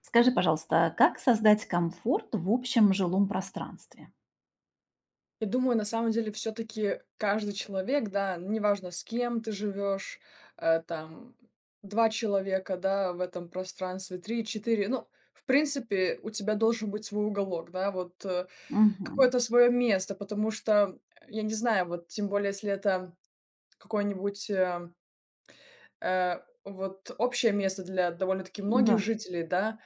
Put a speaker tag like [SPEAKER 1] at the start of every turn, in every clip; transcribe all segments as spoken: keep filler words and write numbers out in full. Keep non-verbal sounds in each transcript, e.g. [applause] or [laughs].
[SPEAKER 1] Скажи, пожалуйста, как создать комфорт в общем жилом пространстве?
[SPEAKER 2] Я думаю, на самом деле, все таки каждый человек, да, неважно, с кем ты живешь, э, там два человека, да, в этом пространстве, три, четыре. Ну, в принципе, у тебя должен быть свой уголок, да, вот, э,
[SPEAKER 1] Мгм.
[SPEAKER 2] какое-то свое место, потому что, я не знаю, вот тем более, если это какое-нибудь, э, э, вот общее место для довольно-таки многих
[SPEAKER 1] Да.
[SPEAKER 2] жителей, да,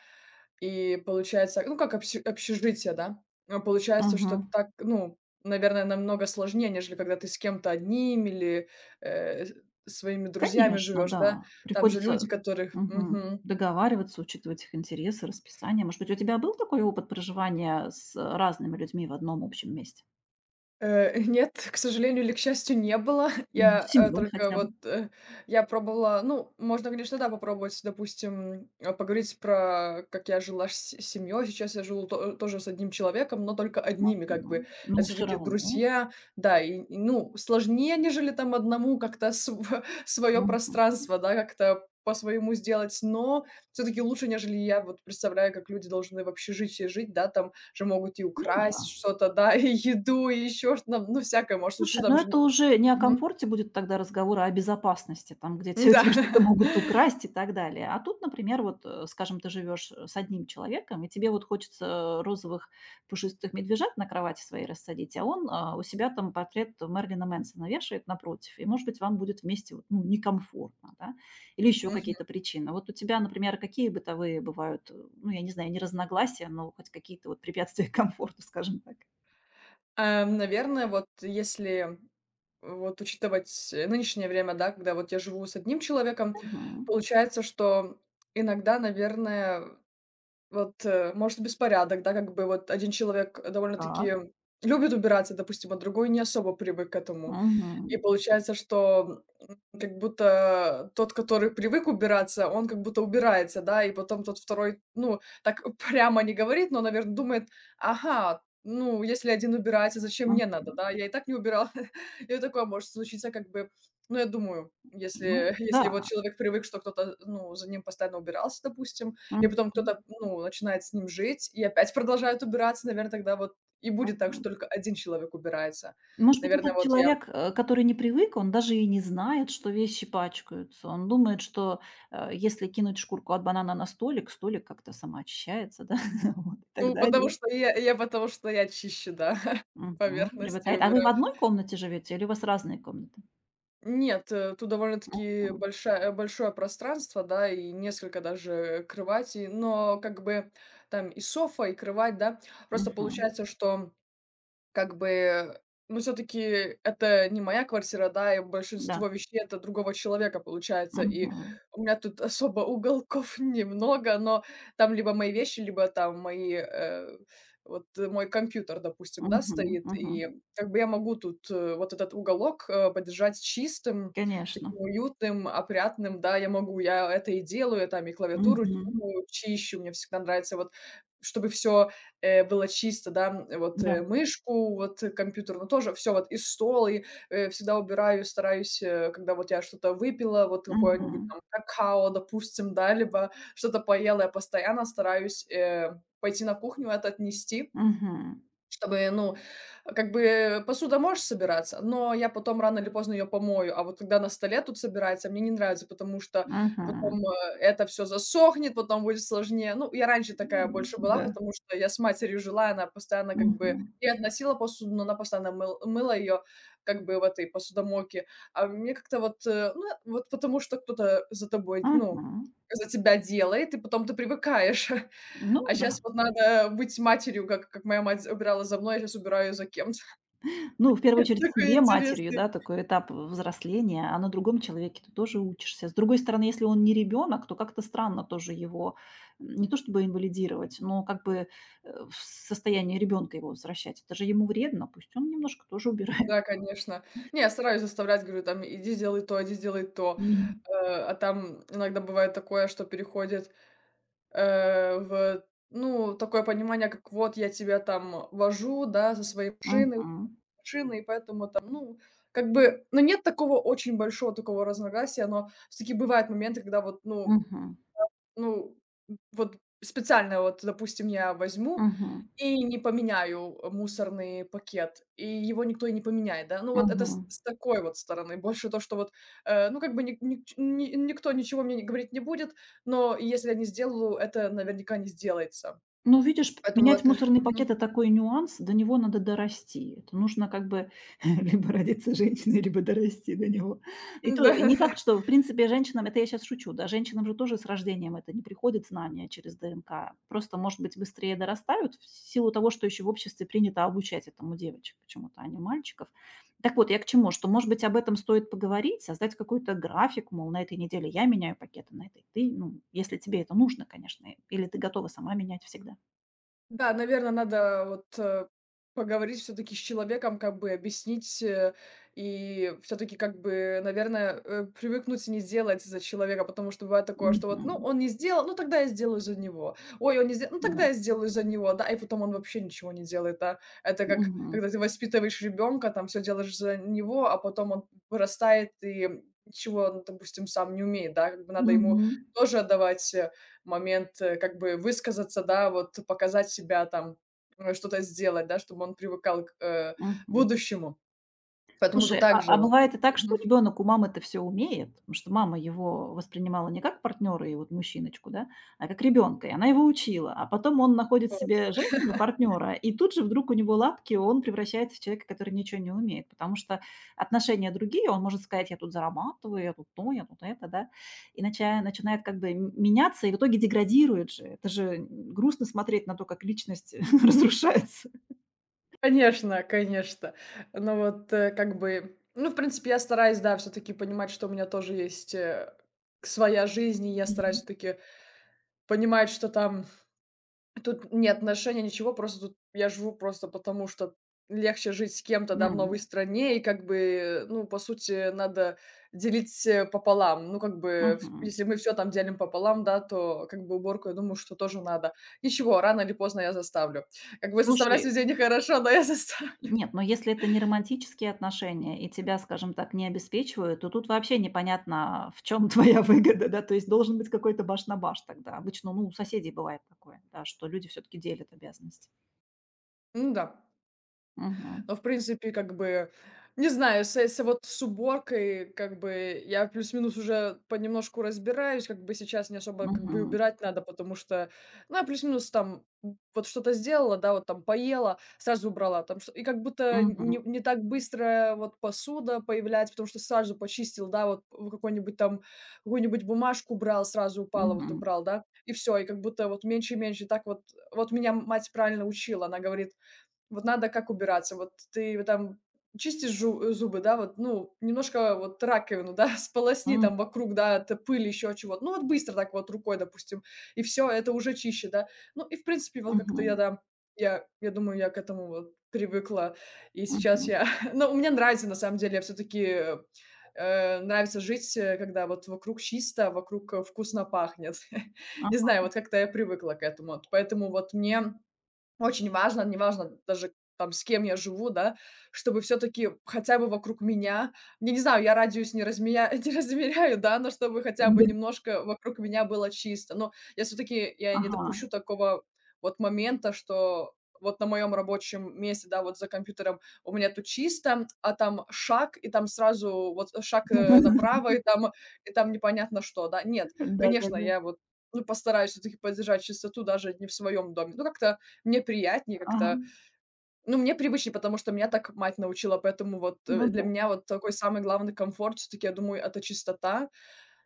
[SPEAKER 2] и получается, ну, как обсе общежитие, да. А получается, что
[SPEAKER 1] Мгм.
[SPEAKER 2] так, ну, наверное, намного сложнее, нежели когда ты с кем-то одним или, э, с своими друзьями
[SPEAKER 1] Конечно,
[SPEAKER 2] живешь, да.
[SPEAKER 1] да.
[SPEAKER 2] Там же люди,
[SPEAKER 1] Приходится,
[SPEAKER 2] которых...
[SPEAKER 1] мгм, договариваться, учитывать их интересы, расписание. Может быть, у тебя был такой опыт проживания с разными людьми в одном общем месте?
[SPEAKER 2] Э, нет, [laughs] к сожалению или к счастью, не было. [laughs]
[SPEAKER 1] М, с
[SPEAKER 2] Я, э,
[SPEAKER 1] семьей
[SPEAKER 2] только
[SPEAKER 1] хотя бы?
[SPEAKER 2] вот, э, я пробовала... Ну, можно, конечно, да, попробовать, допустим, э, поговорить про как я жила с с семьей. Сейчас я живу то тоже с одним человеком, но только одними как бы.
[SPEAKER 1] М, но
[SPEAKER 2] Это все
[SPEAKER 1] всё
[SPEAKER 2] таки
[SPEAKER 1] равно.
[SPEAKER 2] друзья, да, и и, ну, сложнее, нежели там одному как-то свое [laughs]
[SPEAKER 1] Мгм.
[SPEAKER 2] пространство, да, как-то по-своему сделать, но все таки лучше, нежели я вот представляю, как люди должны в общежитии жить, да, там что могут и
[SPEAKER 1] Ну
[SPEAKER 2] украсть
[SPEAKER 1] да.
[SPEAKER 2] что-то, да, [laughs] и еду, и еще что то... Ну, всякое может случиться,
[SPEAKER 1] Слушай,
[SPEAKER 2] там
[SPEAKER 1] ну это
[SPEAKER 2] же...
[SPEAKER 1] уже не о
[SPEAKER 2] Мгм.
[SPEAKER 1] комфорте будет тогда разговор, а о безопасности, там, где те [laughs] у
[SPEAKER 2] Да.
[SPEAKER 1] тебя что-то могут
[SPEAKER 2] [laughs]
[SPEAKER 1] украсть и так далее. А тут, например, вот, э, скажем, ты живешь э, с одним человеком, и тебе вот хочется э, розовых пушистых медвежат на кровати своей рассадить, а он а, у себя там портрет Мерлина Мэнсона вешает напротив, и, может быть, вам будет вместе вот, ну, некомфортно, да, или еще
[SPEAKER 2] Мгм.
[SPEAKER 1] какие-то причины. Вот у тебя, например, какие бытовые бывают, э, ну, я не знаю, не разногласия, но хоть какие-то вот препятствия [laughs] к комфорту, скажем так.
[SPEAKER 2] Эм, наверное, вот если вот учитывать, э, нынешнее время, да, когда вот я живу с одним человеком,
[SPEAKER 1] Мгм.
[SPEAKER 2] получается, что иногда, наверное... Вот, э, может, беспорядок, да, как бы вот один человек
[SPEAKER 1] Так.
[SPEAKER 2] довольно-таки любит убираться, допустим, а другой не особо привык к этому. И
[SPEAKER 1] Мгм.
[SPEAKER 2] получается, что, м, как будто тот, который привык убираться, он как будто убирается, да, и потом тот второй, ну, так [laughs] прямо не говорит, но, наверное, думает: "Ага, ну, если один убирается, зачем
[SPEAKER 1] Мгм.
[SPEAKER 2] мне надо, да, я и так не убирал". [laughs] И вот такое может случиться, как бы, ну, я думаю,
[SPEAKER 1] Ну
[SPEAKER 2] если [laughs] если вот
[SPEAKER 1] да.
[SPEAKER 2] человек привык, что кто-то, ну, за ним постоянно убирался, допустим, и
[SPEAKER 1] Мгм.
[SPEAKER 2] потом кто-то, ну, начинает с ним жить и опять [laughs] продолжают убираться. Наверное, тогда вот и будет так, что
[SPEAKER 1] М.
[SPEAKER 2] только один человек убирается.
[SPEAKER 1] Может быть,
[SPEAKER 2] Наверное,
[SPEAKER 1] этот
[SPEAKER 2] вот я...
[SPEAKER 1] человек, э, который не привык, он даже и не знает, что вещи пачкаются. Он думает, что, э, если кинуть шкурку от банана на столик, столик как-то самоочищается, да, [laughs] вот и так
[SPEAKER 2] Ну, потому
[SPEAKER 1] далее.
[SPEAKER 2] что я я потому что я чище, да, [laughs]
[SPEAKER 1] Мгм.
[SPEAKER 2] поверхности
[SPEAKER 1] Привыкает. А вы в
[SPEAKER 2] убираю.
[SPEAKER 1] одной комнате живете или у вас разные комнаты?
[SPEAKER 2] Нет, э, тут довольно-таки
[SPEAKER 1] Мгм.
[SPEAKER 2] большая большое пространство, да, и несколько даже кроватей, но как бы там и софа, и кровать, да. Просто
[SPEAKER 1] Мгм.
[SPEAKER 2] получается, что... Как бы, ну, все таки это не моя квартира, да, и
[SPEAKER 1] Да.
[SPEAKER 2] большинство вещей — это другого человека, получается. И
[SPEAKER 1] Мгм.
[SPEAKER 2] у меня тут особо уголков [laughs] немного, но там либо мои вещи, либо там мои, э, вот э, мой компьютер, допустим, да,
[SPEAKER 1] Мгм.
[SPEAKER 2] стоит.
[SPEAKER 1] Мгм.
[SPEAKER 2] И как бы я могу тут, э, вот этот уголок, э, поддержать чистым,
[SPEAKER 1] Конечно.
[SPEAKER 2] таким уютным, опрятным. Да, я могу, я это и делаю, я там и клавиатуру,
[SPEAKER 1] Мгм.
[SPEAKER 2] ну, чищу. Мне всегда нравится вот, чтобы все э, было чисто, да, вот,
[SPEAKER 1] Да.
[SPEAKER 2] э, мышку, вот, э, компьютерную тоже, все вот, и стол, и, э, всегда убираю, стараюсь, э, когда вот я что-то выпила, вот какое-нибудь
[SPEAKER 1] Мгм.
[SPEAKER 2] там какао, допустим, да, либо что-то поела, я постоянно стараюсь, э, пойти на кухню, это отнести.
[SPEAKER 1] Мгм.
[SPEAKER 2] Чтобы, ну, как бы посуда может собираться, но я потом рано или поздно ее помою. А вот когда на столе тут собирается, мне не нравится, потому что
[SPEAKER 1] Мгм.
[SPEAKER 2] потом э, это все засохнет, потом будет сложнее. Ну, я раньше такая
[SPEAKER 1] М,
[SPEAKER 2] больше была,
[SPEAKER 1] да.
[SPEAKER 2] потому что я с матерью жила, она постоянно как бы
[SPEAKER 1] Мгм.
[SPEAKER 2] и относила посуду, но она постоянно мыл- мыла ее как бы в этой посудомойке. А мне как-то вот, э, ну, вот потому что кто-то за тобой, ну,
[SPEAKER 1] Мгм.
[SPEAKER 2] за тебя делает, и потом ты привыкаешь. [laughs]
[SPEAKER 1] Ну
[SPEAKER 2] А
[SPEAKER 1] да.
[SPEAKER 2] сейчас вот надо быть матерью, как как моя мать убирала за мной, я сейчас убираю за кем-то.
[SPEAKER 1] Ну, в первую
[SPEAKER 2] [laughs]
[SPEAKER 1] очередь,
[SPEAKER 2] Такой
[SPEAKER 1] себе, матерью,
[SPEAKER 2] интересный.
[SPEAKER 1] да, такой этап взросления, а на другом человеке ты тоже учишься. С другой стороны, если он не ребенок, то как-то странно тоже его м, не то чтобы инвалидировать, но как бы э, в состояние ребенка его возвращать. Это же ему вредно, пусть он немножко тоже убирает.
[SPEAKER 2] Да, конечно. Не, я стараюсь заставлять, говорю, там: "Иди сделай то, иди сделай то".
[SPEAKER 1] Мгм.
[SPEAKER 2] Э, а там иногда бывает такое, что переходит, э, в, ну, такое понимание, как вот я тебя там вожу, да, со своей машины
[SPEAKER 1] Мгм.
[SPEAKER 2] машины, и поэтому там, ну, как бы, ну, нет такого очень большого такого разногласия, но все таки бывают моменты, когда вот, ну...
[SPEAKER 1] Мгм.
[SPEAKER 2] Ну, м, вот специально вот, допустим, я возьму
[SPEAKER 1] Мгм.
[SPEAKER 2] и не поменяю, э, мусорный пакет, и его никто и не поменяет, да. Ну, вот это с
[SPEAKER 1] Мгм.
[SPEAKER 2] с такой вот стороны. Больше то, что вот, э, ну, как бы ник ник ни никто ничего мне не говорить не будет, но если я не сделаю, это наверняка не сделается.
[SPEAKER 1] Ну, видишь, п
[SPEAKER 2] Поэтому
[SPEAKER 1] менять
[SPEAKER 2] вот, э,
[SPEAKER 1] мусорный пакет-
[SPEAKER 2] мгм.
[SPEAKER 1] это такой нюанс, до него надо дорасти. Это нужно как бы [laughs] либо родиться женщиной, либо дорасти до него. И
[SPEAKER 2] [laughs]
[SPEAKER 1] то и не факт,
[SPEAKER 2] Да.
[SPEAKER 1] что, в принципе, женщинам это я сейчас шучу, да, женщинам же тоже с рождением это не приходит знание через дэ эн ка. Просто, может быть, быстрее дорастают в силу того, что еще в обществе принято обучать этому девочек почему-то, а не мальчиков. Так вот, я к чему? Что, может быть, об этом стоит поговорить, создать какой-то график, мол, на этой неделе я меняю пакеты, на этой ты. Ну, если тебе это нужно, конечно, или ты готова сама менять всегда.
[SPEAKER 2] Да, наверное, надо вот, э, поговорить все таки с человеком, как бы объяснить, э, и все таки как бы, наверное, э, привыкнуть и не делать за человека, потому что бывает такое, что вот: "Ну,
[SPEAKER 1] Мгм.
[SPEAKER 2] он не сделал, ну тогда я сделаю за него. Ой, он не сделал, ну
[SPEAKER 1] Да.
[SPEAKER 2] тогда я сделаю за него". Да, и потом он вообще ничего не делает, да. Это как
[SPEAKER 1] Мгм.
[SPEAKER 2] когда ты воспитываешь ребенка, там все делаешь за него, а потом он вырастает и ничего, ну, допустим, сам не умеет, да, как бы надо
[SPEAKER 1] Мгм.
[SPEAKER 2] ему тоже отдавать. э, момент, э, как бы высказаться, да, вот показать себя там, э, что-то сделать, да, чтобы он привыкал к, э,
[SPEAKER 1] Мгм.
[SPEAKER 2] будущему. Поэтому тут
[SPEAKER 1] Слушай, а а
[SPEAKER 2] также вот.
[SPEAKER 1] бывает и так, что
[SPEAKER 2] Мгм.
[SPEAKER 1] ребенок у мамы-то все умеет, потому что мама его воспринимала не как партнера и вот мужчиночку, да, а как ребенка. И она его учила. А потом он находит себе женщину партнера и тут же вдруг у него лапки, он превращается в человека, который ничего не умеет, потому что отношения другие. Он может сказать: "Я тут зарабатываю, я тут то, я тут это", да, и нача начинает как бы м меняться, и в итоге деградирует же. Это же грустно смотреть на то, как личность [laughs] разрушается.
[SPEAKER 2] Конечно, конечно. Но вот, э, как бы, ну, в принципе, я стараюсь, да, все таки понимать, что у меня тоже есть, э, своя жизнь, и я стараюсь
[SPEAKER 1] Мгм.
[SPEAKER 2] все таки понимать, что там... Тут не отношения, ничего, просто тут я живу просто потому, что легче жить с кем-то, да, в
[SPEAKER 1] Мгм.
[SPEAKER 2] новой стране, и как бы, ну, по сути, надо делить э, пополам. Ну, как бы, в-
[SPEAKER 1] Мгм.
[SPEAKER 2] если мы все там делим пополам, да, то как бы уборку, я думаю, что тоже надо. Ничего, рано или поздно я заставлю. Как бы
[SPEAKER 1] Слушай.
[SPEAKER 2] заставлять людей нехорошо, но я заставлю. [laughs]
[SPEAKER 1] Нет, но если это не романтические отношения и тебя, скажем так, не обеспечивают, то тут вообще непонятно, в чем [laughs] твоя выгода, да. То есть должен быть какой-то баш на баш тогда. Обычно, ну, у соседей бывает такое, да, что люди все таки делят обязанности.
[SPEAKER 2] Ну да.
[SPEAKER 1] Мгм.
[SPEAKER 2] Но, в принципе, как бы, не знаю, с с вот с уборкой, как бы, я плюс-минус уже понемножку разбираюсь, как бы сейчас не особо как бы и
[SPEAKER 1] Мгм.
[SPEAKER 2] убирать надо, потому что, ну, я плюс-минус там м, вот что-то сделала, да, вот там поела, сразу убрала, там, что- и как будто
[SPEAKER 1] Мгм.
[SPEAKER 2] не, не так быстро вот посуда появляется, потому что сразу почистил, да, вот в какой-нибудь там, какую-нибудь бумажку брал, сразу упала, вот
[SPEAKER 1] Мгм.
[SPEAKER 2] убрал, да, и все, и как будто вот меньше и меньше, и так вот, вот меня мать правильно учила, она говорит, вот надо как убираться. Вот ты вот там чистишь жу зубы, да, вот, ну, немножко вот раковину, да, [laughs] сполосни
[SPEAKER 1] М.
[SPEAKER 2] там вокруг, да, от пыли, еще чего-то. Ну, вот быстро так вот рукой, допустим, и все, это уже чище, да. Ну, и в принципе, вот как-то я,
[SPEAKER 1] Мгм.
[SPEAKER 2] да, я я думаю, я к этому вот привыкла. И сейчас
[SPEAKER 1] Мгм.
[SPEAKER 2] я [laughs] ну, мне нравится, на самом деле, я все таки нравится жить, э, когда вот вокруг чисто, вокруг, э, вкусно пахнет. [laughs] Не знаю,
[SPEAKER 1] Ага.
[SPEAKER 2] вот как-то я привыкла к этому. Вот поэтому вот мне очень важно, неважно даже там, с кем я живу, да, чтобы все таки хотя бы вокруг меня, я не знаю, я радиус не размея [laughs] не размеряю, да, но чтобы хотя бы
[SPEAKER 1] Да.
[SPEAKER 2] немножко вокруг меня было чисто. Но я все таки я не
[SPEAKER 1] Ага.
[SPEAKER 2] допущу такого вот момента, что вот на моем рабочем месте, да, вот за компьютером у меня тут чисто, а там шаг, и там сразу вот шаг, э,
[SPEAKER 1] [laughs]
[SPEAKER 2] направо, и там и там непонятно что, да. Нет, конечно,
[SPEAKER 1] Да-да-да.
[SPEAKER 2] я вот, ну, постараюсь все таки поддержать чистоту даже не в своем доме. Ну, как-то мне приятнее
[SPEAKER 1] Ага.
[SPEAKER 2] как-то. Ну, мне привычнее, потому что меня так мать научила, поэтому вот,
[SPEAKER 1] Ну
[SPEAKER 2] э, для
[SPEAKER 1] да.
[SPEAKER 2] меня вот такой самый главный комфорт все таки я думаю, это чистота.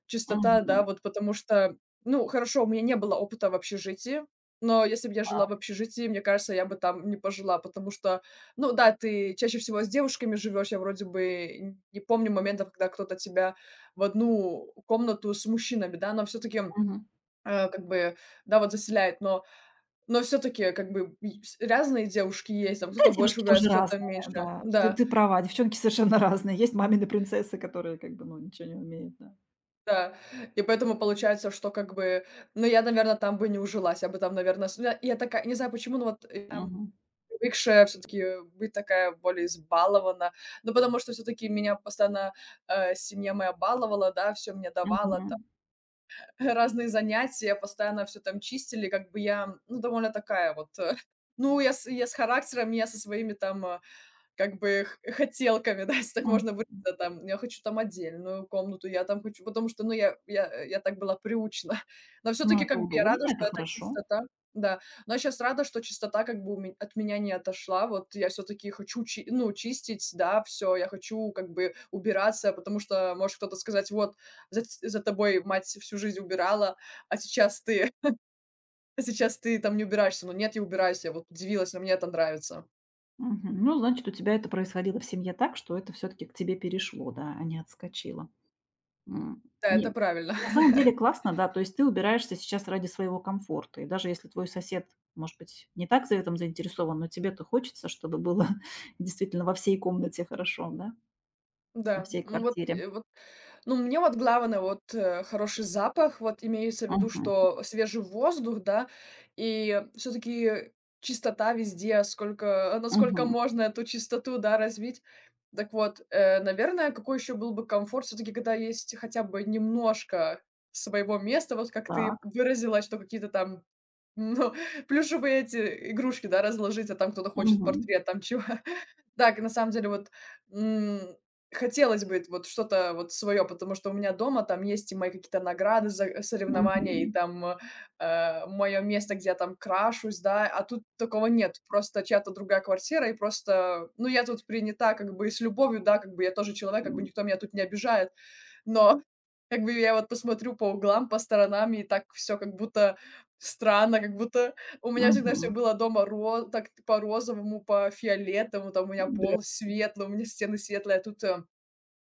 [SPEAKER 2] Чистота, да,
[SPEAKER 1] Мгм.
[SPEAKER 2] вот потому что, ну, хорошо, у меня не было опыта в общежитии, но если бы я жила
[SPEAKER 1] Так.
[SPEAKER 2] в общежитии, мне кажется, я бы там не пожила, потому что, ну да, ты чаще всего с девушками живешь. Я вроде бы н- не помню моментов, когда кто-то тебя в одну комнату с мужчинами, да, но все таки
[SPEAKER 1] Мгм.
[SPEAKER 2] как бы, да, вот заселяет. Но но все-таки, как бы, и вс разные девушки есть, там
[SPEAKER 1] Да,
[SPEAKER 2] кто-то больше
[SPEAKER 1] девушки тоже
[SPEAKER 2] убирается, кто-то
[SPEAKER 1] разные,
[SPEAKER 2] меньше.
[SPEAKER 1] да. Ты
[SPEAKER 2] Да,
[SPEAKER 1] ты права, девчонки совершенно [laughs] разные. Есть мамины принцессы, которые как бы, ну, ничего не умеют, да.
[SPEAKER 2] да. И поэтому получается, что как бы, ну, я, наверное, там бы не ужилась, я бы там, наверное, с я такая, не знаю почему, но вот я там
[SPEAKER 1] Мгм.
[SPEAKER 2] привыкшая все-таки быть такая более избалована. Ну, потому что все-таки меня постоянно, э, семья моя баловала, да, все мне давала, там
[SPEAKER 1] Мгм.
[SPEAKER 2] [laughs] разные занятия, постоянно все там чистили. Как бы я, ну, довольно такая вот, э, [laughs] ну, я с я с характером, я со своими там, э как бы х хотелками, [laughs] да, если так
[SPEAKER 1] Мгм.
[SPEAKER 2] можно выразиться, там, я хочу там отдельную комнату, я там хочу, потому что, ну, я я э, я так была приучена. [laughs] Но все
[SPEAKER 1] Ну,
[SPEAKER 2] таки
[SPEAKER 1] это
[SPEAKER 2] как бы, я рада,
[SPEAKER 1] удобно, это
[SPEAKER 2] что эта
[SPEAKER 1] хорошо.
[SPEAKER 2] чистота... Да, но я щас рада, что чистота, как бы, у ме от меня не отошла. Вот я все таки хочу чи ну, чистить, да, все. Я хочу, как бы, убираться, потому что может кто-то сказать: "Вот, за ть за тобой мать всю жизнь убирала, а сейчас ты [laughs] а сейчас ты там не убираешься". Ну нет, я убираюсь, я вот удивилась, но мне это нравится.
[SPEAKER 1] Мгм. Ну, значит, у тебя это происходило в семье так, что это все таки к тебе перешло, да, а не отскочило. М.
[SPEAKER 2] Да, это
[SPEAKER 1] Не,
[SPEAKER 2] правильно.
[SPEAKER 1] на самом деле классно, да, то есть ты убираешься сейчас ради своего комфорта. И даже если твой сосед, может быть, не так за этом заинтересован, но тебе-то хочется, чтобы было [laughs] действительно во всей комнате хорошо, да, во
[SPEAKER 2] Да,
[SPEAKER 1] всей
[SPEAKER 2] м, вот,
[SPEAKER 1] квартире.
[SPEAKER 2] э, вот. Ну, мне вот главное, вот, э, хороший запах, вот имеется в виду,
[SPEAKER 1] Мгм,
[SPEAKER 2] что свежий воздух, да, и все таки чистота везде, сколько, э, насколько
[SPEAKER 1] мгм.
[SPEAKER 2] можно эту чистоту, да, развить. Так вот, э, наверное, какой еще был бы комфорт все таки когда есть хотя бы немножко своего места, вот как ты
[SPEAKER 1] Так.
[SPEAKER 2] выразилась, что какие-то там ну, [laughs] плюшевые эти игрушки, да, разложить, а там кто-то хочет
[SPEAKER 1] Мгм,
[SPEAKER 2] портрет, там чего. [laughs] Так, на самом деле, вот, м, хотелось бы вот что-то вот свое, потому что у меня дома там есть и мои какие-то награды за соревнования, и
[SPEAKER 1] мгм,
[SPEAKER 2] там, э, мое место, где я там крашусь, да, а тут такого нет. Просто чья-то другая квартира, и просто, ну, я тут принята как бы и с любовью, да, как бы я тоже человек, как бы
[SPEAKER 1] м,
[SPEAKER 2] никто меня тут не обижает, но как бы я вот посмотрю по углам, по сторонам, и так все как будто странно, как будто у меня всегда все
[SPEAKER 1] мгм.
[SPEAKER 2] было дома ро так по розовому, по фиолетовому, там у меня
[SPEAKER 1] Да.
[SPEAKER 2] пол светлый, у меня стены светлые, а тут,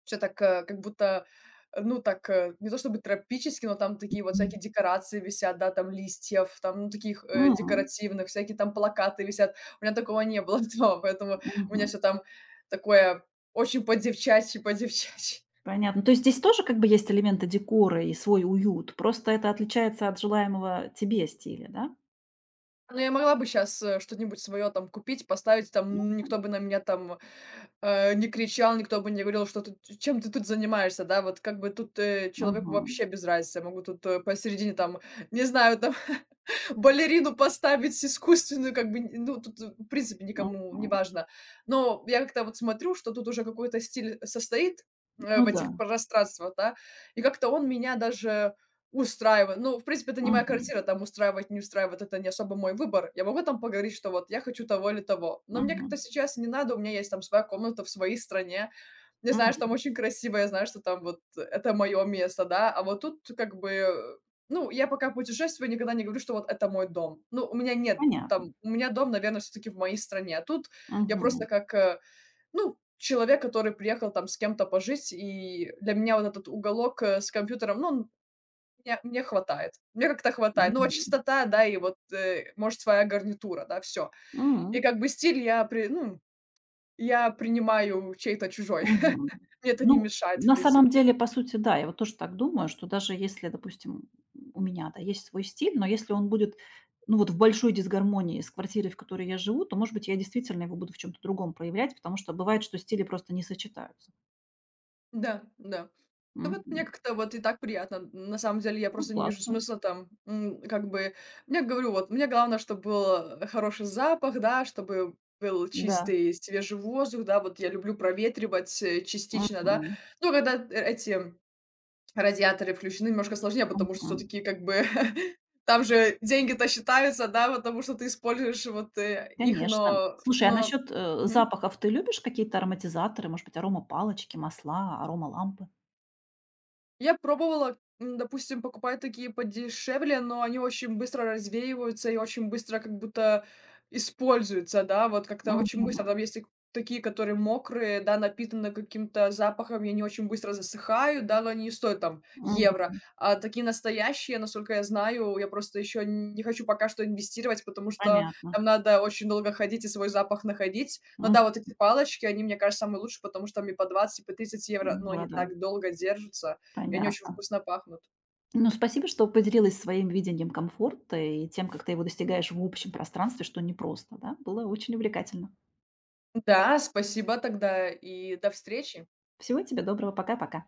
[SPEAKER 2] все так, э, как будто, э, ну, так, э, не то чтобы тропически, но там такие вот
[SPEAKER 1] М.
[SPEAKER 2] всякие декорации висят, да, там листьев, там, ну, таких, э,
[SPEAKER 1] М,
[SPEAKER 2] декоративных, всякие там плакаты висят. У меня такого не было [laughs] дома, поэтому у меня
[SPEAKER 1] мгм.
[SPEAKER 2] все там такое очень по-девчачьи, по-девчачьи.
[SPEAKER 1] Понятно. То есть здесь тоже как бы есть элементы декора и свой уют, просто это отличается от желаемого тебе стиля, да?
[SPEAKER 2] Ну, я могла бы сейчас что-нибудь свое там купить, поставить, там ну,
[SPEAKER 1] Мгм,
[SPEAKER 2] никто бы на меня там, э, не кричал, никто бы не говорил, что ты чем ты тут занимаешься, да. Вот как бы тут, э, человеку
[SPEAKER 1] мгм,
[SPEAKER 2] вообще без разницы. Я могу тут, э, посередине там, не знаю, там [laughs] балерину поставить искусственную, как бы, ну, тут, в принципе, никому не
[SPEAKER 1] мгм.
[SPEAKER 2] важно. Но я как-то вот смотрю, что тут уже какой-то стиль состоит, э,
[SPEAKER 1] Ну
[SPEAKER 2] в
[SPEAKER 1] да.
[SPEAKER 2] этих пространствах, да, и как-то он меня даже устраивает. Ну, в принципе, это не моя
[SPEAKER 1] Мгм,
[SPEAKER 2] квартира, там устраивать, не устраивать — это не особо мой выбор. Я могу там поговорить, что вот я хочу того или того, но мне
[SPEAKER 1] мгм,
[SPEAKER 2] как-то сейчас не надо, у меня есть там своя комната в своей стране. Я знаю, что там
[SPEAKER 1] м.
[SPEAKER 2] очень красиво, я знаю, что там вот это мое место, да, а вот тут как бы ну, я пока путешествую, никогда не говорю, что вот это мой дом. Ну, у меня нет
[SPEAKER 1] Понятно.
[SPEAKER 2] там, у меня дом, наверное, все-таки в моей стране. А тут я
[SPEAKER 1] Мгм,
[SPEAKER 2] просто как, э, ну, человек, который приехал там с кем-то пожить, и для меня вот этот уголок э, с компьютером, ну, он мне, мне хватает. Мне как-то хватает. Ну, вот
[SPEAKER 1] мгм,
[SPEAKER 2] чистота, да, и вот, э, может, своя гарнитура, да, все. И
[SPEAKER 1] м.
[SPEAKER 2] как бы стиль я, при, ну, я принимаю чей-то чужой. [laughs]
[SPEAKER 1] Мгм.
[SPEAKER 2] Мне это не
[SPEAKER 1] Ну,
[SPEAKER 2] мешает, в
[SPEAKER 1] на самом
[SPEAKER 2] принципе.
[SPEAKER 1] деле, по сути, да, я вот тоже так думаю, что даже если, допустим, у меня, да, есть свой стиль, но если он будет, ну, вот в большой дисгармонии с квартирой, в которой я живу, то, может быть, я действительно его буду в чем то другом проявлять, потому что бывает, что стили просто не сочетаются.
[SPEAKER 2] Да, да. Да вот мне
[SPEAKER 1] Мгм.
[SPEAKER 2] как-то вот и так приятно. На самом деле я
[SPEAKER 1] Ну,
[SPEAKER 2] просто не вижу
[SPEAKER 1] классно.
[SPEAKER 2] смысла там, м, как бы, я говорю, вот мне главное, чтобы был э, хороший запах, да, чтобы был
[SPEAKER 1] Да.
[SPEAKER 2] чистый, свежий воздух, да, вот я люблю проветривать э, частично, да.
[SPEAKER 1] Мгм.
[SPEAKER 2] Ну, когда э- эти радиаторы включены, немножко сложнее, потому что
[SPEAKER 1] Мгм.
[SPEAKER 2] все-таки как бы [laughs] там же деньги-то считаются, да, потому что ты используешь вот э, их,
[SPEAKER 1] Конечно.
[SPEAKER 2] но,
[SPEAKER 1] Слушай, а
[SPEAKER 2] но...
[SPEAKER 1] насчет, э,
[SPEAKER 2] Мгм.
[SPEAKER 1] запахов ты любишь какие-то ароматизаторы, может быть, аромапалочки, масла, аромалампы?
[SPEAKER 2] Я пробовала, м, допустим, покупать такие подешевле, но они очень быстро развеиваются и очень быстро как будто используются, да, вот как-то очень
[SPEAKER 1] Мгм.
[SPEAKER 2] быстро. Там есть и такие, которые мокрые, да, напитаны каким-то запахом, и они очень быстро засыхают, да, но они не стоят там
[SPEAKER 1] Мгм.
[SPEAKER 2] евро. А такие настоящие, насколько я знаю, я просто еще не хочу пока что инвестировать, потому что
[SPEAKER 1] Понятно.
[SPEAKER 2] там надо очень долго ходить и свой запах находить. Но да, вот эти палочки, они, мне кажется, самые лучшие, потому что там и по двадцать, и по тридцать евро, но они
[SPEAKER 1] Да-да,
[SPEAKER 2] так долго держатся и они очень
[SPEAKER 1] понятно.
[SPEAKER 2] вкусно пахнут.
[SPEAKER 1] Ну, спасибо, что поделилась своим видением комфорта и тем, как ты его достигаешь в общем пространстве, что непросто, да. Было очень увлекательно.
[SPEAKER 2] Да, спасибо тогда и до встречи.
[SPEAKER 1] Всего тебе доброго. Пока-пока.